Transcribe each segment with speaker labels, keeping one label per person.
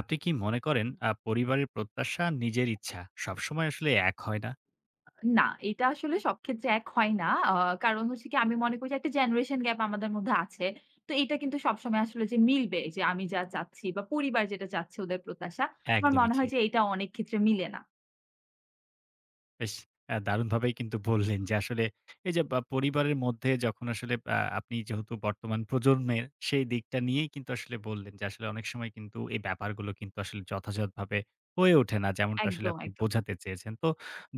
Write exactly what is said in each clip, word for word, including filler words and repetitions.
Speaker 1: আপনি কি মনে করেন আ পরিবারের প্রত্যাশা আর নিজের ইচ্ছা সবসময় আসলে এক হয় না?
Speaker 2: না, এটা আসলে সব ক্ষেত্রে এক হয় না। আ কারণ হচ্ছে কি আমি মনে করি যে একটা জেনারেশন গ্যাপ আমাদের মধ্যে আছে। তো এটা কিন্তু সবসময় আসলে যে মিলবে যে আমি যা চাচ্ছি বা পরিবার যেটা চাচ্ছে ওদের প্রত্যাশা, আমার
Speaker 1: একদমই
Speaker 2: মনে হয়
Speaker 1: ঠিক।
Speaker 2: যে এটা অনেক ক্ষেত্রে মিলে না।
Speaker 1: বেশ আ দারুণভাবেই কিন্তু বললেন যে আসলে এই যে বা পরিবারের মধ্যে যখন আসলে আ আপনি যেহেতু বর্তমান প্রজন্মের সেই দিকটা নিয়েই কিন্তু আসলে বললেন যে আসলে অনেক সময় কিন্তু এই ব্যাপারগুলো কিন্তু আসলে যথাযথভাবে হয়ে ওঠে না। যেমনটা আসলে
Speaker 2: একদম,
Speaker 1: আপনি
Speaker 2: একদম।
Speaker 1: বোঝাতে চেয়েছেন। তো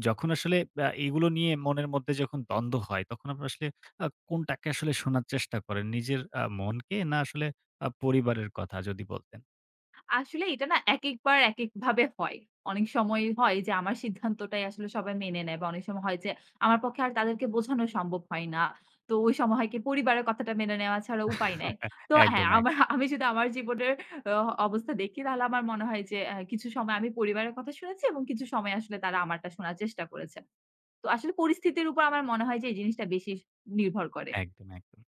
Speaker 1: যখন আসলে আ এগুলো নিয়ে মনের মধ্যে যখন দ্বন্দ্ব হয় তখন আপনারা আসলে আ কোনটাকে আসলে শোনার চেষ্টা করেন? নিজের আ মনকে না আসলে আ পরিবারের কথা যদি বলতেন?
Speaker 2: আসলে এটা না একেকবার একেকভাবে হয়। অনেক সময় হয় যে আমার সিদ্ধান্তটাই আসলে সবাই মেনে নেয় বা অনেক সময় হয় যে আমার পক্ষে আর তাদেরকে বোঝানো সম্ভব হয় না। তো ওই সময় হয় কি পরিবারের কথাটা মেনে নেওয়া ছাড়া উপায় নাই। তো হ্যাঁ,
Speaker 1: একদম,
Speaker 2: আমার
Speaker 1: একদম,
Speaker 2: আমি যদি আমার জীবনের অ অবস্থা দেখি তাহলে আমার মনে হয় যে অ্যা কিছু সময় আমি পরিবারের কথা শুনেছি এবং কিছু সময় আসলে তারা আমারটা শোনার চেষ্টা করেছে। তো আসলে পরিস্থিতির উপর আমার মনে হয় যে এই জিনিসটা বেশি নির্ভর করে।
Speaker 1: একদম, একদম।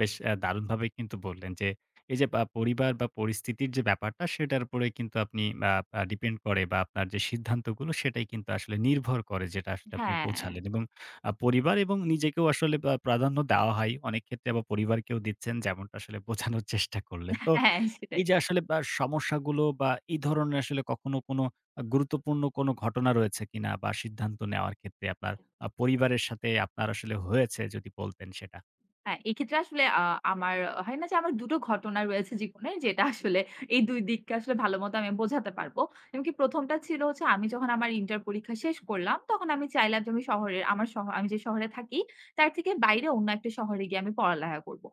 Speaker 1: বেশ আ দারুণভাবে কিন্তু বললেন যে, এই যে বা পরিবার বা পরিস্থিতির যে ব্যাপারটা সেটার উপরে কিন্তু আপনি আ আ ডিপেন্ড করে বা আপনার যে সিদ্ধান্তগুলো সেটাই কিন্তু আসলে নির্ভর করে যেটা আসলে আপনি
Speaker 2: হ্যাঁ,
Speaker 1: বোঝালেন এবং আ পরিবার এবং নিজেকেও আসলে আ প্রাধান্য দেওয়া হয়। অনেক ক্ষেত্রে আবার পরিবারকেও দিচ্ছেন যেমনটা আসলে বোঝানোর চেষ্টা করলেন। তো
Speaker 2: হ্যাঁ সেটাই।
Speaker 1: এই যে আসলে বা সমস্যাগুলো বা এই ধরনের আসলে কখনো কোনো আ গুরুত্বপূর্ণ কোনো ঘটনা রয়েছে কিনা বা সিদ্ধান্ত নেওয়ার ক্ষেত্রে আপনার আ পরিবারের সাথে আপনার আসলে হয়েছে যদি বলতেন সেটা।
Speaker 2: হ্যাঁ, এক্ষেত্রে আসলে আ আমার হয় না যে আমার দুই টো ঘটনা রয়েছে জীবনে যেটা আসলে এই দুই দিককে আসলে ভালোমতো আমি বোঝাতে পারব। এমনকি প্রথমটা ছিল হচ্ছে আমি যখন আমার ইন্টার পরীক্ষা শেষ করলাম, তখন আমি চাইলাম যে আমি শহরের আমার শহ আমি যে শহরে থাকি তার থেকে বাইরে অন্য একটা শহরে গিয়ে আমি পড়ালেখা করব।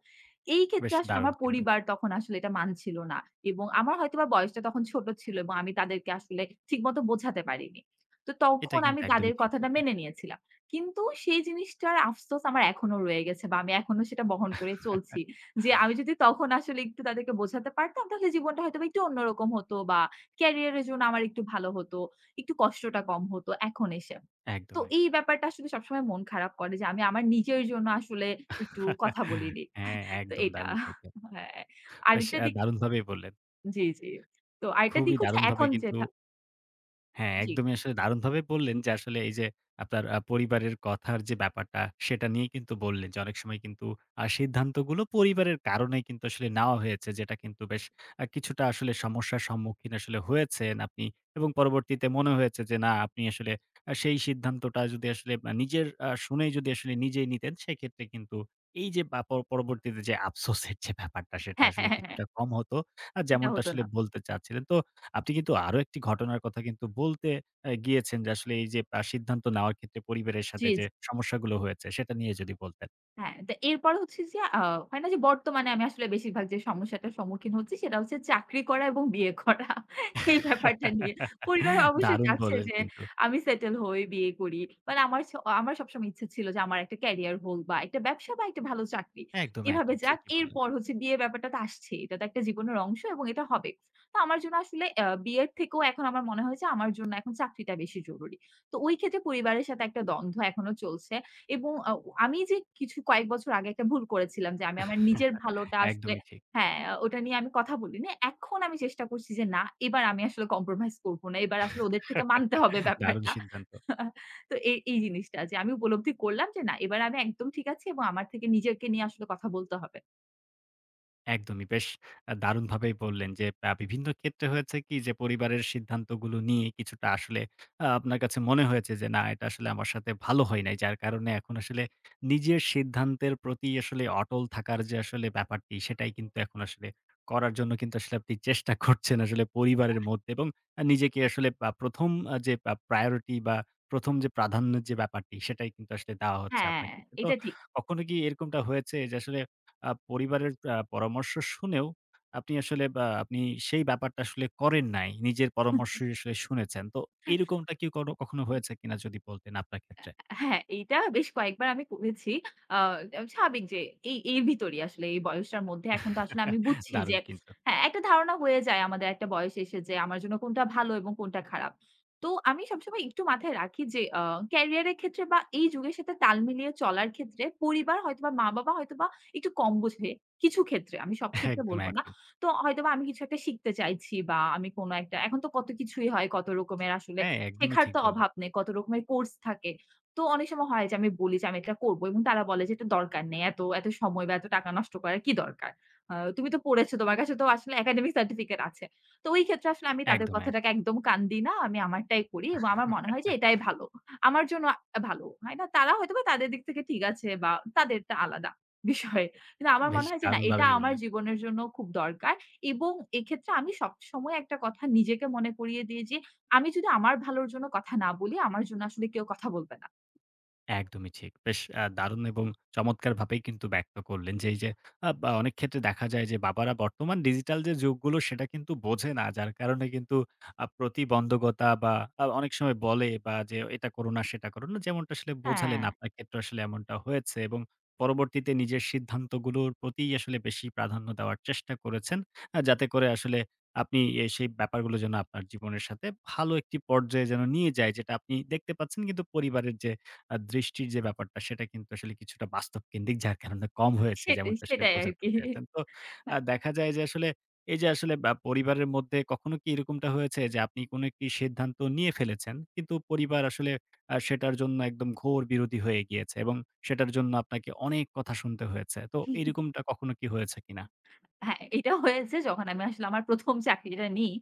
Speaker 2: এই ক্ষেত্রে
Speaker 1: বেশ
Speaker 2: আসলে
Speaker 1: দারুণ
Speaker 2: আমার
Speaker 1: কিন্তু।
Speaker 2: পরিবার তখন আসলে এটা মানছিল না এবং আমার হয়তোবা বয়সটা তখন ছোট ছিল এবং আমি তাদেরকে আসলে ঠিকমতো বোঝাতে পারিনি। তো
Speaker 1: এটা
Speaker 2: তখন
Speaker 1: কিন্তু
Speaker 2: আমি তাদের
Speaker 1: একদমই ঠিক
Speaker 2: কথাটা
Speaker 1: বললেন।
Speaker 2: মেনে নিয়েছিলাম। কিন্তু সেই জিনিসটার আফসোস আমার এখনো রয়ে গেছে বা আমি এখনো সেটা বহন করে চলছি। যে আমি যদি তখন আসলে একটু তাদেরকে বোঝাতে পারতাম তাহলে জীবনটা হয়তোবা একটু অন্যরকম হতো বা ক্যারিয়ার এর জন্য আমার একটু ভালো হতো, একটু কষ্টটা কম হতো এখন এসে। তো
Speaker 1: একদম,
Speaker 2: এই
Speaker 1: একদম।
Speaker 2: ব্যাপারটা আসলে সবসময় মন খারাপ করে যে আমি আমার নিজের জন্য আসলে একটু কথা বলিনি।
Speaker 1: হ্যাঁ,
Speaker 2: তো
Speaker 1: একদম
Speaker 2: এটা
Speaker 1: দারুণ বললেন।
Speaker 2: হ্যাঁ,
Speaker 1: বেশ
Speaker 2: আরেকটা
Speaker 1: আ
Speaker 2: দিক
Speaker 1: দারুণভাবেই বললেন।
Speaker 2: জি, জি। তো আরেকটা দিক
Speaker 1: খুবই
Speaker 2: হচ্ছে
Speaker 1: দারুণভাবে
Speaker 2: এখন
Speaker 1: কিন্তু
Speaker 2: যেটা
Speaker 1: হ্যাঁ,
Speaker 2: জি।
Speaker 1: একদমই আসলে দারুণভাবে বললেন যে আসলে এই যে আপনার আ পরিবারের কথার যে ব্যাপারটা সেটা নিয়ে কিন্তু বললেন যে অনেক সময় কিন্তু আ সিদ্ধান্তগুলো পরিবারের কারণেই কিন্তু আসলে নেওয়া হয়েছে। যেটা কিন্তু বেশ আ কিছুটা আসলে সমস্যার সম্মুখীন আসলে হয়েছেন আপনি এবং পরবর্তীতে মনে হয়েছে যে না আপনি আসলে আ সেই সিদ্ধান্তটা যদি আসলে আ নিজের আ শুনেই যদি আসলে নিজেই নিতেন সেক্ষেত্রে কিন্তু এই যে বা প পরবর্তীতে যে আফসোসের যে ব্যাপারটা সেটা
Speaker 2: হ্যাঁ, হ্যাঁ,
Speaker 1: আসলে
Speaker 2: হ্যাঁ, হ্যাঁ।
Speaker 1: কিছুটা কম হতো। আ
Speaker 2: এটা
Speaker 1: যেমনটা
Speaker 2: হতো
Speaker 1: আসলে
Speaker 2: না।
Speaker 1: বলতে চাচ্ছিলেন। তো আপনি কিন্তু আরো একটি ঘটনার কথা কিন্তু বলতে অ্যা গিয়েছেন যে আসলে এই যে আ সিদ্ধান্ত নেওয়ার ক্ষেত্রে পরিবারের
Speaker 2: জি,
Speaker 1: সাথে যে সমস্যাগুলো হয়েছে সেটা নিয়ে যদি বলতেন।
Speaker 2: হ্যাঁ, তো এরপর হচ্ছে যে আ হয় না যে বর্তমানে আমি আসলে বেশিরভাগ যে সমস্যাটার সম্মুখীন হচ্ছি সেটা হচ্ছে চাকরি করা এবং বিয়ে করা। এই ব্যাপারটা নিয়ে। পরিবার অবশ্যই
Speaker 1: দারুণ
Speaker 2: চাচ্ছে
Speaker 1: বললেন
Speaker 2: যে
Speaker 1: কিন্তু।
Speaker 2: আমি সেটেল হই, বিয়ে করি। মানে আমার স আমার সবসময় ইচ্ছা ছিল যে আমার একটা ক্যারিয়ার হোক বা একটা ব্যবসা বা একটা ভালো চাকরি।
Speaker 1: একদম,
Speaker 2: এভাবে
Speaker 1: একদম
Speaker 2: যাক।
Speaker 1: ঠিকই বললেন।
Speaker 2: এরপর হচ্ছে বিয়ে ব্যাপারটা তো আসছেই। এটা তো একটা জীবনের অংশ এবং এটা হবে। তো আমার জন্য আসলে আ বিয়ের থেকেও এখন আমার মনে হয় যে আমার জন্য এখন চাকরিটা বেশি জরুরি। তো ওই ক্ষেত্রে পরিবারের সাথে একটা দ্বন্দ্ব এখনো চলছে। এবং আ আমি যে কিছু কয়েক বছর আগে একটা ভুল করেছিলাম যে আমি আমার নিজের ভালোটা আসলে
Speaker 1: একদমই ঠিক।
Speaker 2: হ্যাঁ, ওটা নিয়ে আমি কথা বলিনি। এখন আমি চেষ্টা করছি যে না, এবার আমি আসলে কম্প্রোমাইজ করব না। এবার আসলে ওদের থেকে মানতে হবে
Speaker 1: দারুণ
Speaker 2: ব্যাপারটা।
Speaker 1: সিদ্ধান্ত।
Speaker 2: তো এই, এই জিনিসটা যে আমি উপলব্ধি করলাম যে না, এবার আমি একদম ঠিক আছি এবং আমার থেকে নিজেকে নিয়ে আসলে কথা বলতে হবে।
Speaker 1: একদমই। বেশ আ দারুণভাবেই বললেন যে আ বিভিন্ন ক্ষেত্রে হয়েছে কি যে পরিবারের সিদ্ধান্তগুলো নিয়ে কিছুটা আসলে আ আপনার কাছে মনে হয়েছে যে না এটা আসলে আমার সাথে ভালো হয় নাই। যার কারণে এখন আসলে নিজের সিদ্ধান্তের প্রতি আসলে অটল থাকার যে আসলে ব্যাপারটি সেটাই কিন্তু এখন আসলে করার জন্য কিন্তু আসলে আপনি চেষ্টা করছেন আসলে পরিবারের মধ্যে এবং আ নিজেকে আসলে আ প্রথম আ যে আ প্রায়োরিটি বা প্রথম যে প্রাধান্যের যে ব্যাপারটি সেটাই কিন্তু আসলে দেওয়া হচ্ছে
Speaker 2: হ্যাঁ,
Speaker 1: আপনার ক্ষেত্রে। তো
Speaker 2: এটা ঠিক।
Speaker 1: কখনো কি এরকমটা হয়েছে যে আসলে আ পরিবারের আ পরামর্শ শুনেও আপনি আসলে বা আপনি সেই ব্যাপারটা আসলে করেন নাই। নিজের পরামর্শই আসলে শুনেছেন। তো এরকমটা কি কনো কখনো হয়েছে কিনা যদি বলতেন আপনার ক্ষেত্রে?
Speaker 2: হ্যাঁ, এইটা বেশ কয়েকবার আমি করেছি। আ স্বাভাবিক যে এই এর ভিতরেই আসলে এই বয়সটার মধ্যে এখন তো আসলে আমি বুঝছি যে
Speaker 1: দারুণ কিন্তু।
Speaker 2: হ্যাঁ, একটা ধারণা হয়ে যায় আমাদের একটা বয়স এসে যে আমার জন্য কোনটা ভালো এবং কোনটা খারাপ। তো আমি সবসময় একটু মাথায় রাখি যে আ ক্যারিয়ার এর ক্ষেত্রে বা এই যুগের সাথে তাল মিলিয়ে চলার ক্ষেত্রে পরিবার হয়তোবা মা-বাবা হয়তোবা একটু কম বোঝে। কিছু ক্ষেত্রে, আমি সব ক্ষেত্রে
Speaker 1: একদম,
Speaker 2: বলব না।
Speaker 1: একদম।
Speaker 2: তো হয়তোবা আমি কিছু একটা শিখতে চাইছি বা আমি কোন একটা এখন তো কত কিছুই হয়, কত রকমের আসলে
Speaker 1: হ্যাঁ, একদমই
Speaker 2: শেখার
Speaker 1: ঠিক
Speaker 2: তো
Speaker 1: বললেন।
Speaker 2: অভাব নেই। কত রকমের কোর্স থাকে। তো অনেক সময় হয় যে আমি বলি যে, "আমি এটা করব" এবং তারা বলে যে, "এটা দরকার নেই। এত, এত সময় বা এত টাকা নষ্ট করার কি দরকার? আ তুমি তো পড়েছো। তোমার কাছে তো আসলে একাডেমিক সার্টিফিকেট আছে।" তো ওই ক্ষেত্রে আসলে আমি তাদের
Speaker 1: একদম,
Speaker 2: কথাটাকে
Speaker 1: একদম।
Speaker 2: একদম কান দিই না। আমি আমারটাই করি এবং আমার মনে হয় যে এটাই ভালো। আমার জন্য আ ভালো। হয় না? তারা হয়তোবা তাদের দিক থেকে ঠিক আছে বা তাদেরটা আলাদা বিষয়। কিন্তু আমার
Speaker 1: বেশ
Speaker 2: মনে হয় যে না, এটা
Speaker 1: দারুণভাবেই
Speaker 2: আমার
Speaker 1: বললেন।
Speaker 2: জীবনের জন্য খুব দরকার এবং এক্ষেত্রে আমি সবসময় একটা কথা নিজেকে মনে করিয়ে দিই যে, আমি যদি আমার ভালোর জন্য কথা না বলি, আমার জন্য আসলে কেউ কথা বলবে না।
Speaker 1: একদমই ঠিক। বেশ আ দারুণ এবং চমৎকারভাবেই কিন্তু ব্যক্ত করলেন যে, এই যে আ বা অনেক ক্ষেত্রে দেখা যায় যে বাবারা বর্তমান ডিজিটাল যে যুগগুলো সেটা কিন্তু বোঝে না। যার কারণে কিন্তু আ প্রতিবন্ধকতা বা আ অনেক সময় বলে বা যে এটা করো না, সেটা করো না। যেমনটা আসলে
Speaker 2: হ্যাঁ,
Speaker 1: বোঝালেন আপনার ক্ষেত্রে আসলে এমনটা হয়েছে এবং পরবর্তীতে নিজের সিদ্ধান্তগুলোর প্রতিই আসলে বেশি প্রাধান্য দেওয়ার চেষ্টা করেছেন। আ যাতে করে আসলে আপনি এ সেই ব্যাপারগুলো যেন আপনার জীবনের সাথে ভালো একটি পর্যায়ে যেন নিয়ে যায়। যেটা আপনি দেখতে পাচ্ছেন কিন্তু পরিবারের যে আ দৃষ্টির যে ব্যাপারটা সেটা কিন্তু আসলে কিছুটা বাস্তবকেন্দ্রিক যার কারণে কম হয়েছে
Speaker 2: সেটাই,
Speaker 1: যেমনটা আসলে
Speaker 2: সেটাই
Speaker 1: বোঝাতে
Speaker 2: আরকি।
Speaker 1: চেয়েছেন। তো আ
Speaker 2: না,
Speaker 1: দেখা যায় যে আসলে এই যে আসলে বা পরিবারের মধ্যে কখনো কি এরকমটা হয়েছে যে আপনি কোনো একটি সিদ্ধান্ত নিয়ে ফেলেছেন কিন্তু পরিবার আসলে আ সেটার জন্য একদম ঘোর বিরোধী হয়ে গিয়েছে এবং সেটার জন্য আপনাকে অনেক কথা শুনতে হয়েছে। তো এরকমটা কখনো কি হয়েছে কিনা?
Speaker 2: হ্যাঁ, এটা হয়েছে যখন আমি আসলে আমার প্রথম চাকরিটা নিই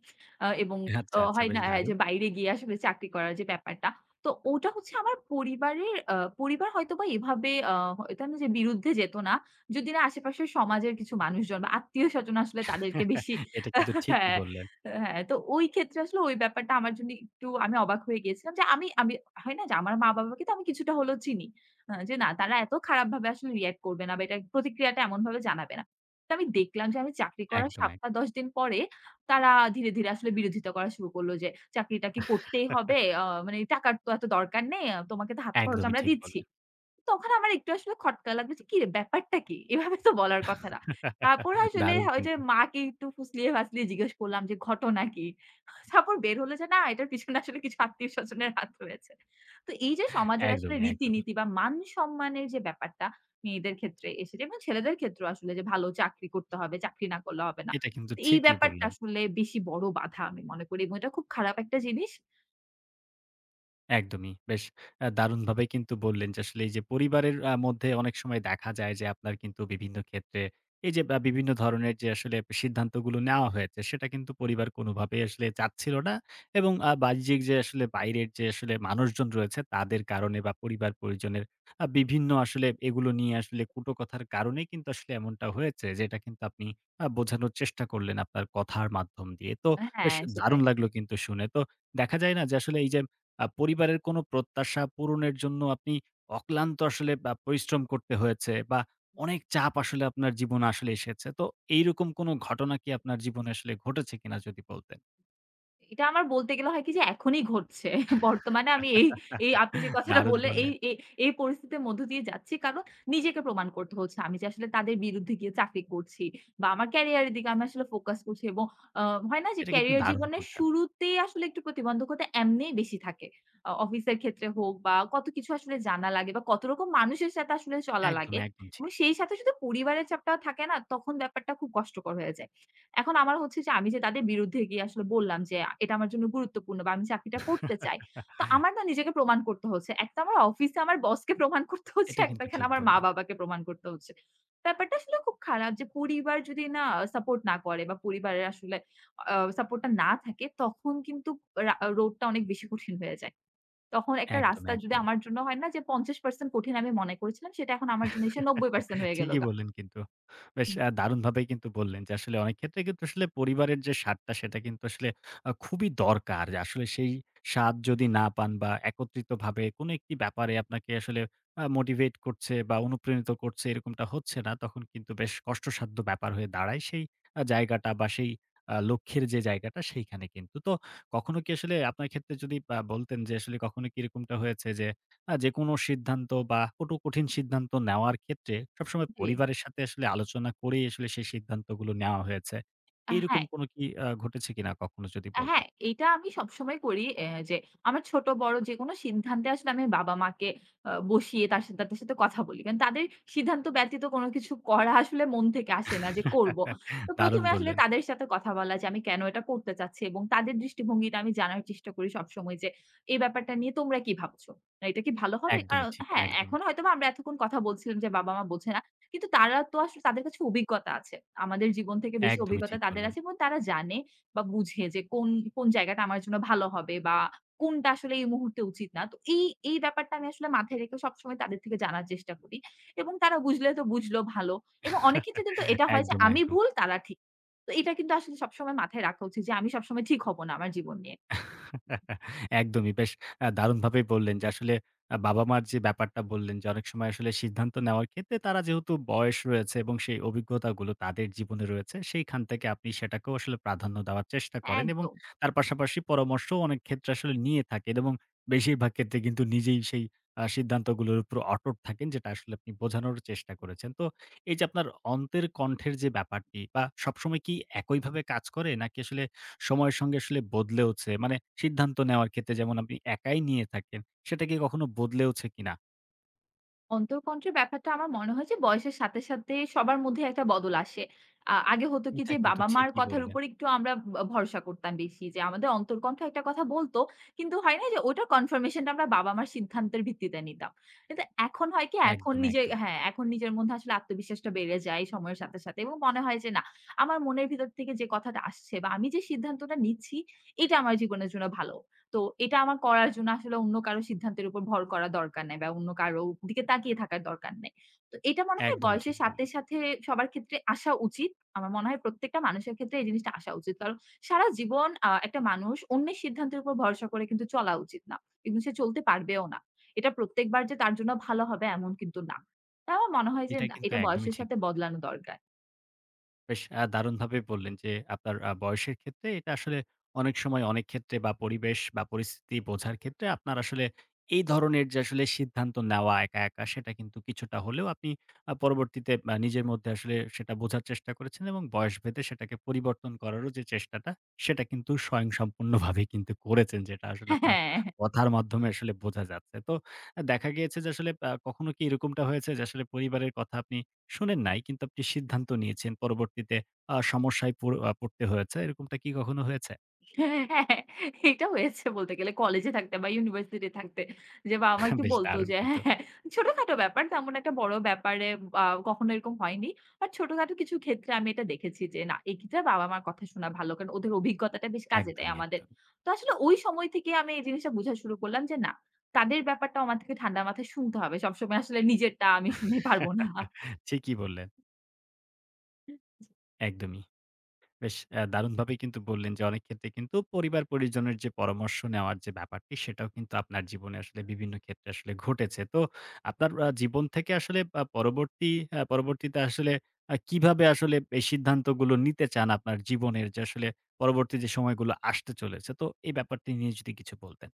Speaker 2: আ এবং অ
Speaker 1: আচ্ছা, আচ্ছা,
Speaker 2: হয় না
Speaker 1: বেশ
Speaker 2: হ্যাঁ,
Speaker 1: দারুণ।
Speaker 2: যে বাইরে গিয়ে আসলে চাকরি করার যে ব্যাপারটা। তো ওটা হচ্ছে আমার পরিবারের আ পরিবার হয়তোবা এভাবে আ এটা না যে বিরুদ্ধে যেত না। যদি না আশেপাশের সমাজের কিছু মানুষজন বা আত্মীয়স্বজন আসলে তাদেরকে বেশি
Speaker 1: এটা কিন্তু ঠিকই
Speaker 2: হ্যাঁ,
Speaker 1: বললেন।
Speaker 2: হ্যাঁ। তো ওই ক্ষেত্রে আসলে ওই ব্যাপারটা আমার জন্য একটু আমি অবাক হয়ে গিয়েছিলাম যে আমি আমি হয় না যে আমার মা-বাবাকে তো আমি কিছুটা হলেও চিনি। আ যে না তারা এত খারাপভাবে আসলে রিঅ্যাক্ট করবে না বা এটার প্রতিক্রিয়াটা এমনভাবে জানাবে না। তো আমি দেখলাম যে আমি চাকরি করার
Speaker 1: একদম এক
Speaker 2: সপ্তাহ দশ দিন পরে তারা ধীরে, ধীরে আসলে বিরোধিতা করা শুরু করল যে, "চাকরিটা কি করতেই হবে? আ মানে টাকার তো এত দরকার নেই। আ তোমাকে তো হাত খরচ
Speaker 1: একদমই
Speaker 2: আমরা
Speaker 1: ঠিক
Speaker 2: দিচ্ছি।"
Speaker 1: বললেন।
Speaker 2: তখন আমার একটু আসলে খটকা লাগলো যে, "কিরে ব্যাপারটা কি?" এভাবে তো বলার কথা না। তারপর আসলে
Speaker 1: দারুণ
Speaker 2: ওই যে
Speaker 1: কিন্তু।
Speaker 2: মাকে একটু ফুসলিয়ে-ফাসলিয়ে জিজ্ঞেস করলাম যে, "ঘটনা কি?" তারপর বের হলো যে, না এটার পিছনে আসলে কিছু আত্মীয়স্বজনের হাত রয়েছে। তো এই যে সমাজের আসলে
Speaker 1: একদমই, একদমই।
Speaker 2: রীতিনীতি বা মান সম্মানের যে ব্যাপারটা মেয়েদের ক্ষেত্রে এসেছে এবং ছেলেদের ক্ষেত্রেও আসলে যে ভালো চাকরি করতে হবে, চাকরি না করলে হবে না।
Speaker 1: এটা কিন্তু
Speaker 2: তো এই
Speaker 1: ঠিকই
Speaker 2: ব্যাপারটা
Speaker 1: বললেন।
Speaker 2: আসলে বেশি বড় বাধা আমি মনে করি এবং এটা খুব খারাপ একটা জিনিস
Speaker 1: একদমই। বেশ আ দারুণভাবেই কিন্তু বললেন যে আসলে এই যে পরিবারের আ মধ্যে অনেক সময় দেখা যায় যে আপনার কিন্তু বিভিন্ন ক্ষেত্রে এই যে আ বিভিন্ন ধরনের যে আসলে সিদ্ধান্তগুলো নেওয়া হয়েছে সেটা কিন্তু পরিবার কোনোভাবেই আসলে চাচ্ছিল না এবং আ বাহ্যিক যে আসলে বাইরের যে আসলে মানুষজন রয়েছে তাদের কারণে বা পরিবার পরিজনের আ বিভিন্ন আসলে এগুলো নিয়ে আসলে কুটো কথার কারণেই কিন্তু আসলে এমনটা হয়েছে যেটা কিন্তু আপনি আ বোঝানোর চেষ্টা করলেন আপনার কথার মাধ্যম দিয়ে। তো বেশ
Speaker 2: হ্যাঁ, সেটাই।
Speaker 1: দারুণ লাগলো কিন্তু শুনে। তো দেখা যায় না যে আসলে এই যে আ পরিবারের কোনো প্রত্যাশা পূরণের জন্য আপনি অক্লান্ত আসলে বা পরিশ্রম করতে হয়েছে বা অনেক চাপ আসলে আপনার জীবনে আসলে এসেছে। তো এইরকম কোনো ঘটনা কি আপনার জীবনে আসলে ঘটেছে কিনা যদি বলতেন?
Speaker 2: এটা আমার বলতে গেলে হয় কি যে এখনই ঘটছে। বর্তমানে আমি এই, এই আপনি যে কথাটা
Speaker 1: দারুণ
Speaker 2: বললেন এই,
Speaker 1: বললেন।
Speaker 2: এই, এই পরিস্থিতির মধ্য দিয়ে যাচ্ছি। কারণ নিজেকে প্রমাণ করতে হচ্ছে। আমি যে আসলে তাদের বিরুদ্ধে গিয়ে চাকরি করছি বা আমার ক্যারিয়ারের দিকে আমি আসলে ফোকাস করছি এবং আ হয় না যে
Speaker 1: এটা কিন্তু
Speaker 2: ক্যারিয়ার
Speaker 1: দারুণ
Speaker 2: জীবনের
Speaker 1: করছেন।
Speaker 2: শুরুতেই আসলে একটু প্রতিবন্ধকতা এমনিই বেশি থাকে। আ অফিসের ক্ষেত্রে হোক বা কত কিছু আসলে জানা লাগে বা কত রকম মানুষের সাথে আসলে চলা লাগে।
Speaker 1: একদমই, একদম
Speaker 2: এবং
Speaker 1: ঠিক।
Speaker 2: সেই সাথে শুধু পরিবারের চাপটাও থাকে না তখন ব্যাপারটা খুব কষ্টকর হয়ে যায়। এখন আমার হচ্ছে যে আমি যে তাদের বিরুদ্ধে গিয়ে আসলে বললাম যে, "এটা আমার জন্য গুরুত্বপূর্ণ বা আমি চাকরিটা করতে চাই।" তো আমার না নিজেকে প্রমাণ করতে হচ্ছে। এক তো আমার অফিসে আমার বসকে প্রমাণ করতে হচ্ছে,
Speaker 1: এটা
Speaker 2: এক তো
Speaker 1: কিন্তু
Speaker 2: এখানে
Speaker 1: ঠিক
Speaker 2: আমার
Speaker 1: বললেন।
Speaker 2: মা-বাবাকে প্রমাণ করতে হচ্ছে। ব্যাপারটা আসলে খুব খারাপ যে পরিবার যদি না সাপোর্ট না করে বা পরিবারের আসলে আ সাপোর্টটা না থাকে তখন কিন্তু রা রোডটা অনেক বেশি কঠিন হয়ে যায়। তখন একটা
Speaker 1: একদম,
Speaker 2: রাস্তা যদি
Speaker 1: একদমই।
Speaker 2: আমার জন্য হয় না যে পঞ্চাশ শতাংশ কঠিন আমি মনে করেছিলাম সেটা এখন আমার জন্য এসে নব্বই শতাংশ হয়ে গেল
Speaker 1: ঠিকই
Speaker 2: গা।
Speaker 1: বললেন কিন্তু। বেশ
Speaker 2: হুম,
Speaker 1: আ দারুণভাবেই কিন্তু বললেন যে আসলে অনেক ক্ষেত্রে কিন্তু আসলে পরিবারের যে স্বাদটা সেটা কিন্তু আসলে আ খুবই দরকার। যে আসলে সেই স্বাদ যদি না পান বা একত্রিতভাবে কোনো একটি ব্যাপারে আপনাকে আসলে আ মোটিভেট করছে বা অনুপ্রাণিত করছে এরকমটা হচ্ছে না, তখন কিন্তু বেশ কষ্টসাধ্য ব্যাপার হয়ে দাঁড়ায় সেই আ জায়গাটা বা সেই আ লক্ষ্যের যে জায়গাটা সেইখানে কিন্তু। তো কখনো কি আসলে আপনার ক্ষেত্রে যদি আ বলতেন যে আসলে কখনো কি এরকমটা হয়েছে যে আ যেকোনো সিদ্ধান্ত বা কটু কঠিন সিদ্ধান্ত নেওয়ার ক্ষেত্রে সবসময়
Speaker 2: জি।
Speaker 1: পরিবারের সাথে আসলে আলোচনা করেই আসলে সেই সিদ্ধান্তগুলো নেওয়া হয়েছে।
Speaker 2: আ হ্যাঁ।
Speaker 1: এরকম কোনো কি আ ঘটেছে কিনা কখনো যদি
Speaker 2: আ হ্যাঁ,
Speaker 1: বলতেন?
Speaker 2: এইটা আমি সবসময় করি অ্যা যে আমার ছোট বড় যেকোনো সিদ্ধান্তে আসলে আমি বাবা-মাকে আ বসিয়ে তার সাথে তাদের সাথে কথা বলি। কারণ তাদের সিদ্ধান্ত ব্যতীত কোনো কিছু করা আসলে মন থেকে আসে না যে করব। তো ১ম
Speaker 1: দারুণ
Speaker 2: এ আসলে
Speaker 1: বললেন।
Speaker 2: তাদের সাথে কথা বলা যে আমি কেন এটা করতে চাচ্ছি এবং তাদের দৃষ্টিভঙ্গিটা আমি জানার চেষ্টা করি সবসময় যে, "এই ব্যাপারটা নিয়ে তোমরা কি ভাবছো? না এটা কি ভালো হবে?" কারণ
Speaker 1: একদমই ঠিক,
Speaker 2: হ্যাঁ, এখন
Speaker 1: একদমই,
Speaker 2: হয়তোবা আমরা এতক্ষণ কথা বলছিলাম যে বাবা-মা বোঝে না। কিন্তু তারা তো আসলে তাদের কাছে অভিজ্ঞতা আছে। আমাদের জীবন থেকে বেশি
Speaker 1: একদমই
Speaker 2: অভিজ্ঞতা
Speaker 1: ঠিক
Speaker 2: তাদের
Speaker 1: বললেন।
Speaker 2: আছে এবং তারা জানে বা বুঝে যে কোন, কোন জায়গাটা আমার জন্য ভালো হবে বা কোনটা আসলে এই মুহূর্তে উচিত না। তো এই, এই ব্যাপারটা আমি আসলে মাথায় রেখে সবসময় তাদের থেকে জানার চেষ্টা করি এবং তারা বুঝলে তো বুঝলো ভালো এবং অনেক ক্ষেত্রে কিন্তু এটা হয় যে
Speaker 1: একদম,
Speaker 2: আমি
Speaker 1: একদম।
Speaker 2: ভুল তারা ঠিক। তো এটা কিন্তু আসলে সবসময় মাথায় রাখা উচিত যে আমি সবসময় ঠিক হব না আমার জীবন নিয়ে।
Speaker 1: একদমই, বেশ আ দারুণভাবেই বললেন যে আসলে আ বাবা-মার যে ব্যাপারটা বললেন যে অনেক সময় আসলে সিদ্ধান্ত নেওয়ার ক্ষেত্রে তারা যেহেতু বয়স রয়েছে এবং সেই অভিজ্ঞতাগুলো তাদের জীবনে রয়েছে, সেইখান থেকে আপনি সেটাকেও আসলে প্রাধান্য দেওয়ার চেষ্টা করেন এবং
Speaker 2: একদম।
Speaker 1: তার পাশাপাশি পরামর্শও অনেক ক্ষেত্রে আসলে নিয়ে থাকেন এবং বেশিরভাগ ক্ষেত্রে কিন্তু নিজেই সেই আ সিদ্ধান্তগুলোর উপর অটুট থাকেন যেটা আসলে আপনি বোঝানোর চেষ্টা করেছেন। তো এই যে আপনার অন্তের কণ্ঠের যে ব্যাপারটি বা সবসময় কি একইভাবে কাজ করে নাকি আসলে সময়ের সঙ্গে আসলে বদলেওছে? মানে সিদ্ধান্ত নেওয়ার ক্ষেত্রে যেমন আপনি একাই নিয়ে থাকেন, সেটা কি কখনো বদলেওছে কিনা?
Speaker 2: অন্তর্কন্ঠের ব্যাপারটা আমার মনে হয় যে বয়সের সাথে, সাথে সবার মধ্যে একটা বদল আসে। আ আগে হতো কি
Speaker 1: এটা
Speaker 2: যে
Speaker 1: কিন্তু
Speaker 2: বাবা-মার
Speaker 1: ঠিকই
Speaker 2: কথার
Speaker 1: বললেন।
Speaker 2: উপর একটু আমরা ব ভরসা করতাম বেশি যে আমাদের অন্তর্কণ্ঠ একটা কথা বলতো। কিন্তু হয় না যে ওটার কনফার্মেশন টা আমরা বাবা-মার সিদ্ধান্তের ভিত্তিতে নিতাম। কিন্তু এখন হয় কি এখন
Speaker 1: একদম,
Speaker 2: নিজে
Speaker 1: একদমই।
Speaker 2: হ্যাঁ, এখন নিজের মধ্যে আসলে আত্মবিশ্বাসটা বেড়ে যায় সময়ের সাথে, সাথে এবং মনে হয় যে না আমার মনের ভিতর থেকে যে কথাটা আসছে বা আমি যে সিদ্ধান্তটা নিচ্ছি এটা আমার জীবনের জন্য ভালো। তো এটা আমার করার জন্য আসলে অন্য কারো সিদ্ধান্তের উপর ভর করা দরকার নাই বা অন্য কারো দিকে তাকিয়ে থাকার দরকার নাই। তো এটা মনে হয়
Speaker 1: একদমই ঠিক
Speaker 2: বয়সের সাথে,
Speaker 1: বললেন।
Speaker 2: সাথে সবার ক্ষেত্রে আসা উচিত। আমার মনে হয় প্রত্যেকটা মানুষের ক্ষেত্রে এই জিনিসটা আসা উচিত। কারণ সারা জীবন আ একটা মানুষ অন্যের সিদ্ধান্তের উপর ভরসা করে কিন্তু চলা উচিত না। এবং সে চলতে পারবেও না। এটা প্রত্যেকবার যে তার জন্য ভালো হবে এমন কিন্তু না। তাই আমার মনে হয় যে
Speaker 1: এটা
Speaker 2: না,
Speaker 1: কিন্তু
Speaker 2: এটা
Speaker 1: একদমই
Speaker 2: বয়সের
Speaker 1: ঠিক
Speaker 2: সাথে
Speaker 1: বললেন।
Speaker 2: বদলানো দরকার।
Speaker 1: বেশ আ দারুণভাবে বললেন যে, আপনার আ বয়সের ক্ষেত্রে এটা আসলে অনেক সময় অনেক ক্ষেত্রে বা পরিবেশ বা পরিস্থিতি বোঝার ক্ষেত্রে আপনার আসলে এই ধরনের যে আসলে সিদ্ধান্ত নেওয়া একা, একা সেটা কিন্তু কিছুটা হলেও আপনি আ পরবর্তীতে আ নিজের মধ্যে আসলে সেটা বোঝার চেষ্টা করেছেন এবং বয়সভেদে সেটাকে পরিবর্তন করারও যে চেষ্টাটা সেটা কিন্তু স্বয়ংসম্পূর্ণভাবে কিন্তু করেছেন। যেটা আসলে আপনার
Speaker 2: হ্যাঁ।
Speaker 1: কথার মাধ্যমে আসলে বোঝা যাচ্ছে। তো আহ, দেখা গিয়েছে যে আসলে আ কখনো কি এরকমটা হয়েছে যে আসলে পরিবারের কথা আপনি শোনেন নাই কিন্তু আপনি সিদ্ধান্ত নিয়েছেন পরবর্তীতে আ সমস্যায় পর আ পড়তে হয়েছে। এরকমটা কি কখনো হয়েছে?
Speaker 2: হ্যাঁ, হ্যাঁ, এটা হয়েছে বলতে গেলে কলেজে থাকতে বা ইউনিভার্সিটি থাকতে। যে বাবা-মা একটু
Speaker 1: বেশ
Speaker 2: বলত
Speaker 1: দারুণ
Speaker 2: যে হ্যাঁ,
Speaker 1: কিন্তু।
Speaker 2: হ্যাঁ, ছোটখাটো ব্যাপার তেমন একটা বড় ব্যাপারে আ কখনো এরকম হয়নি। বাট ছোটখাটো কিছু ক্ষেত্রে আমি এটা দেখেছি যে না এক্ষেত্রে বাবা-মার কথা শোনা ভালো। কারণ ওদের অভিজ্ঞতাটা বেশ কাজে দেয়
Speaker 1: একদমই,
Speaker 2: আমাদের।
Speaker 1: একদম।
Speaker 2: তো আসলে ওই সময় থেকে আমি এই জিনিসটা বুঝা শুরু করলাম যে না, তাদের ব্যাপারটাও আমার থেকে ঠান্ডা মাথায় শুনতে হবে। সবসময় আসলে নিজেরটা আমি শুনে পারব না।
Speaker 1: ঠিকই বললেন। একদমই। বেশ অ্যা দারুণভাবেই কিন্তু বললেন যে অনেক ক্ষেত্রে কিন্তু পরিবার পরিজনের যে পরামর্শ নেওয়ার যে ব্যাপারটি সেটাও কিন্তু আপনার জীবনে আসলে বিভিন্ন ক্ষেত্রে আসলে ঘটেছে। তো আপনার আ জীবন থেকে আসলে আ পরবর্তী আ পরবর্তীতে আসলে আ কিভাবে আসলে এই সিদ্ধান্তগুলো নিতে চান আপনার জীবনের যে আসলে পরবর্তী যে সময়গুলো আসতে চলেছে। তো এই ব্যাপারটি নিয়ে যদি কিছু বলতেন।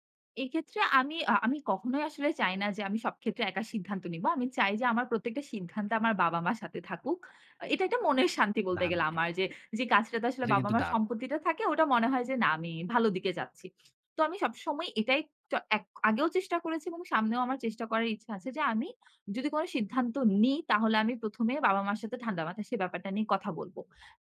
Speaker 2: এক্ষেত্রে আমি আ আমি কখনোই আসলে চাই না যে আমি সব ক্ষেত্রে একা সিদ্ধান্ত নিব। আমি চাই যে আমার প্রত্যেকটা সিদ্ধান্তে আমার বাবা-মা সাথে থাকুক। আ এটা একটা মনের শান্তি বলতে
Speaker 1: দারুণ
Speaker 2: গেলে আমার
Speaker 1: কিন্তু।
Speaker 2: যে, যে কাজটাতে আসলে
Speaker 1: এটা কিন্তু
Speaker 2: বাবা-মার
Speaker 1: দারুণ।
Speaker 2: সম্পত্তিটা থাকে ওটা মনে হয় যে না আমি ভালো দিকে যাচ্ছি। তো আমি সবসময় এটাই চ এক আগেও চেষ্টা করেছি এবং সামনেও আমার চেষ্টা করার ইচ্ছা আছে যে আমি যদি কোনো সিদ্ধান্ত নিই তাহলে আমি প্রথমে বাবা-মার সাথে ঠান্ডা মাথায় সে ব্যাপারটা নিয়ে কথা বলব।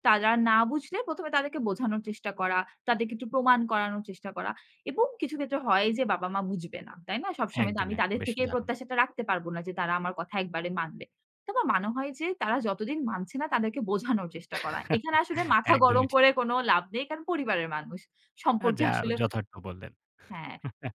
Speaker 2: তারা না বুঝলে প্রথমে তাদেরকে বোঝানোর চেষ্টা করা, তাদেরকে একটু প্রমাণ করানোর চেষ্টা করা। এবং কিছু ক্ষেত্রে হয় যে বাবা-মা বুঝবে না। তাই না? সবসময় তো আমি
Speaker 1: একদমই, একদম,
Speaker 2: তাদের
Speaker 1: বেশ
Speaker 2: থেকে এই
Speaker 1: দারুণ।
Speaker 2: প্রত্যাশাটা রাখতে পারব না যে তারা আমার কথা একবারে মানবে। তো আমার মনে হয় যে তারা যতদিন মানছে না তাদেরকে বোঝানোর চেষ্টা করা। এখানে আসলে মাথা গরম
Speaker 1: একদমই ঠিক।
Speaker 2: করে কোনো লাভ নেই। কারণ পরিবারের মানুষ।
Speaker 1: আ
Speaker 2: সম্পর্কে
Speaker 1: যা
Speaker 2: আসলে
Speaker 1: যথার্থ বললেন।
Speaker 2: হ্যাঁ,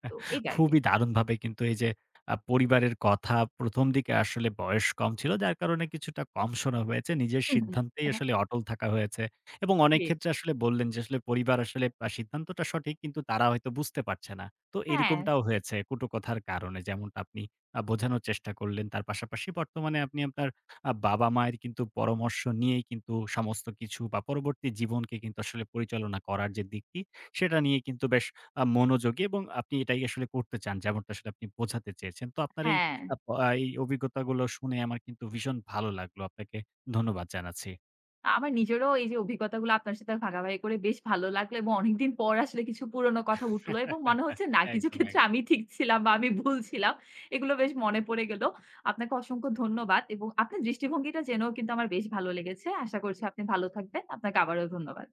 Speaker 2: তো এটা আরকি।
Speaker 1: খুবই দারুণভাবে কিন্তু এই যে আ পরিবারের কথা প্রথম দিকে আসলে বয়স কম ছিল। যার কারণে কিছুটা কম শোনা হয়েছে। নিজের
Speaker 2: হুম, হুম।
Speaker 1: সিদ্ধান্তেই
Speaker 2: এটা
Speaker 1: আসলে অটল থাকা হয়েছে। এবং অনেক
Speaker 2: জি।
Speaker 1: ক্ষেত্রে আসলে বললেন যে আসলে পরিবার আসলে আ সিদ্ধান্তটা সঠিক কিন্তু তারা হয়তো বুঝতে পারছে না। তো
Speaker 2: হ্যাঁ,
Speaker 1: এরকমটাও
Speaker 2: সেটাই।
Speaker 1: হয়েছে কটুকথার কারণে, যেমনটা আপনি আ বোঝানোর চেষ্টা করলেন। তার পাশাপাশি বর্তমানে আপনি আপনার আ বাবা-মায়ের কিন্তু পরামর্শ নিয়েই কিন্তু সমস্ত কিছু বা পরবর্তী জীবনকে কিন্তু আসলে পরিচালনা করার যে দিকটি সেটা নিয়ে কিন্তু বেশ আ মনোযোগী এবং আপনি এটাই আসলে করতে চান। যেমনটা আসলে আপনি বোঝাতে চেয়েছেন। তো আপনার এই
Speaker 2: হ্যাঁ।
Speaker 1: আ প আহ, এই অভিজ্ঞতাগুলো শুনে আমার কিন্তু ভীষণ ভালো লাগলো। আপনাকে ধন্যবাদ জানাচ্ছি।
Speaker 2: আমার নিজেরও এই যে অভিজ্ঞতাগুলো আপনার সাথে ভাগাভাগি করে বেশ ভালো লাগলো এবং অনেকদিন পর আসলে কিছু পুরনো কথা উঠলো এবং মনে হচ্ছে না কিছু
Speaker 1: একদম,
Speaker 2: ক্ষেত্রে
Speaker 1: একদম।
Speaker 2: আমি ঠিক ছিলাম বা আমি ভুল ছিলাম। এগুলো বেশ মনে পড়ে গেল। আপনাকে অসংখ্য ধন্যবাদ এবং আপনার দৃষ্টিভঙ্গিটা জেনেও কিন্তু আমার বেশ ভালো লেগেছে। আশা করছি আপনি ভালো থাকবেন। আপনাকে আবারও ধন্যবাদ।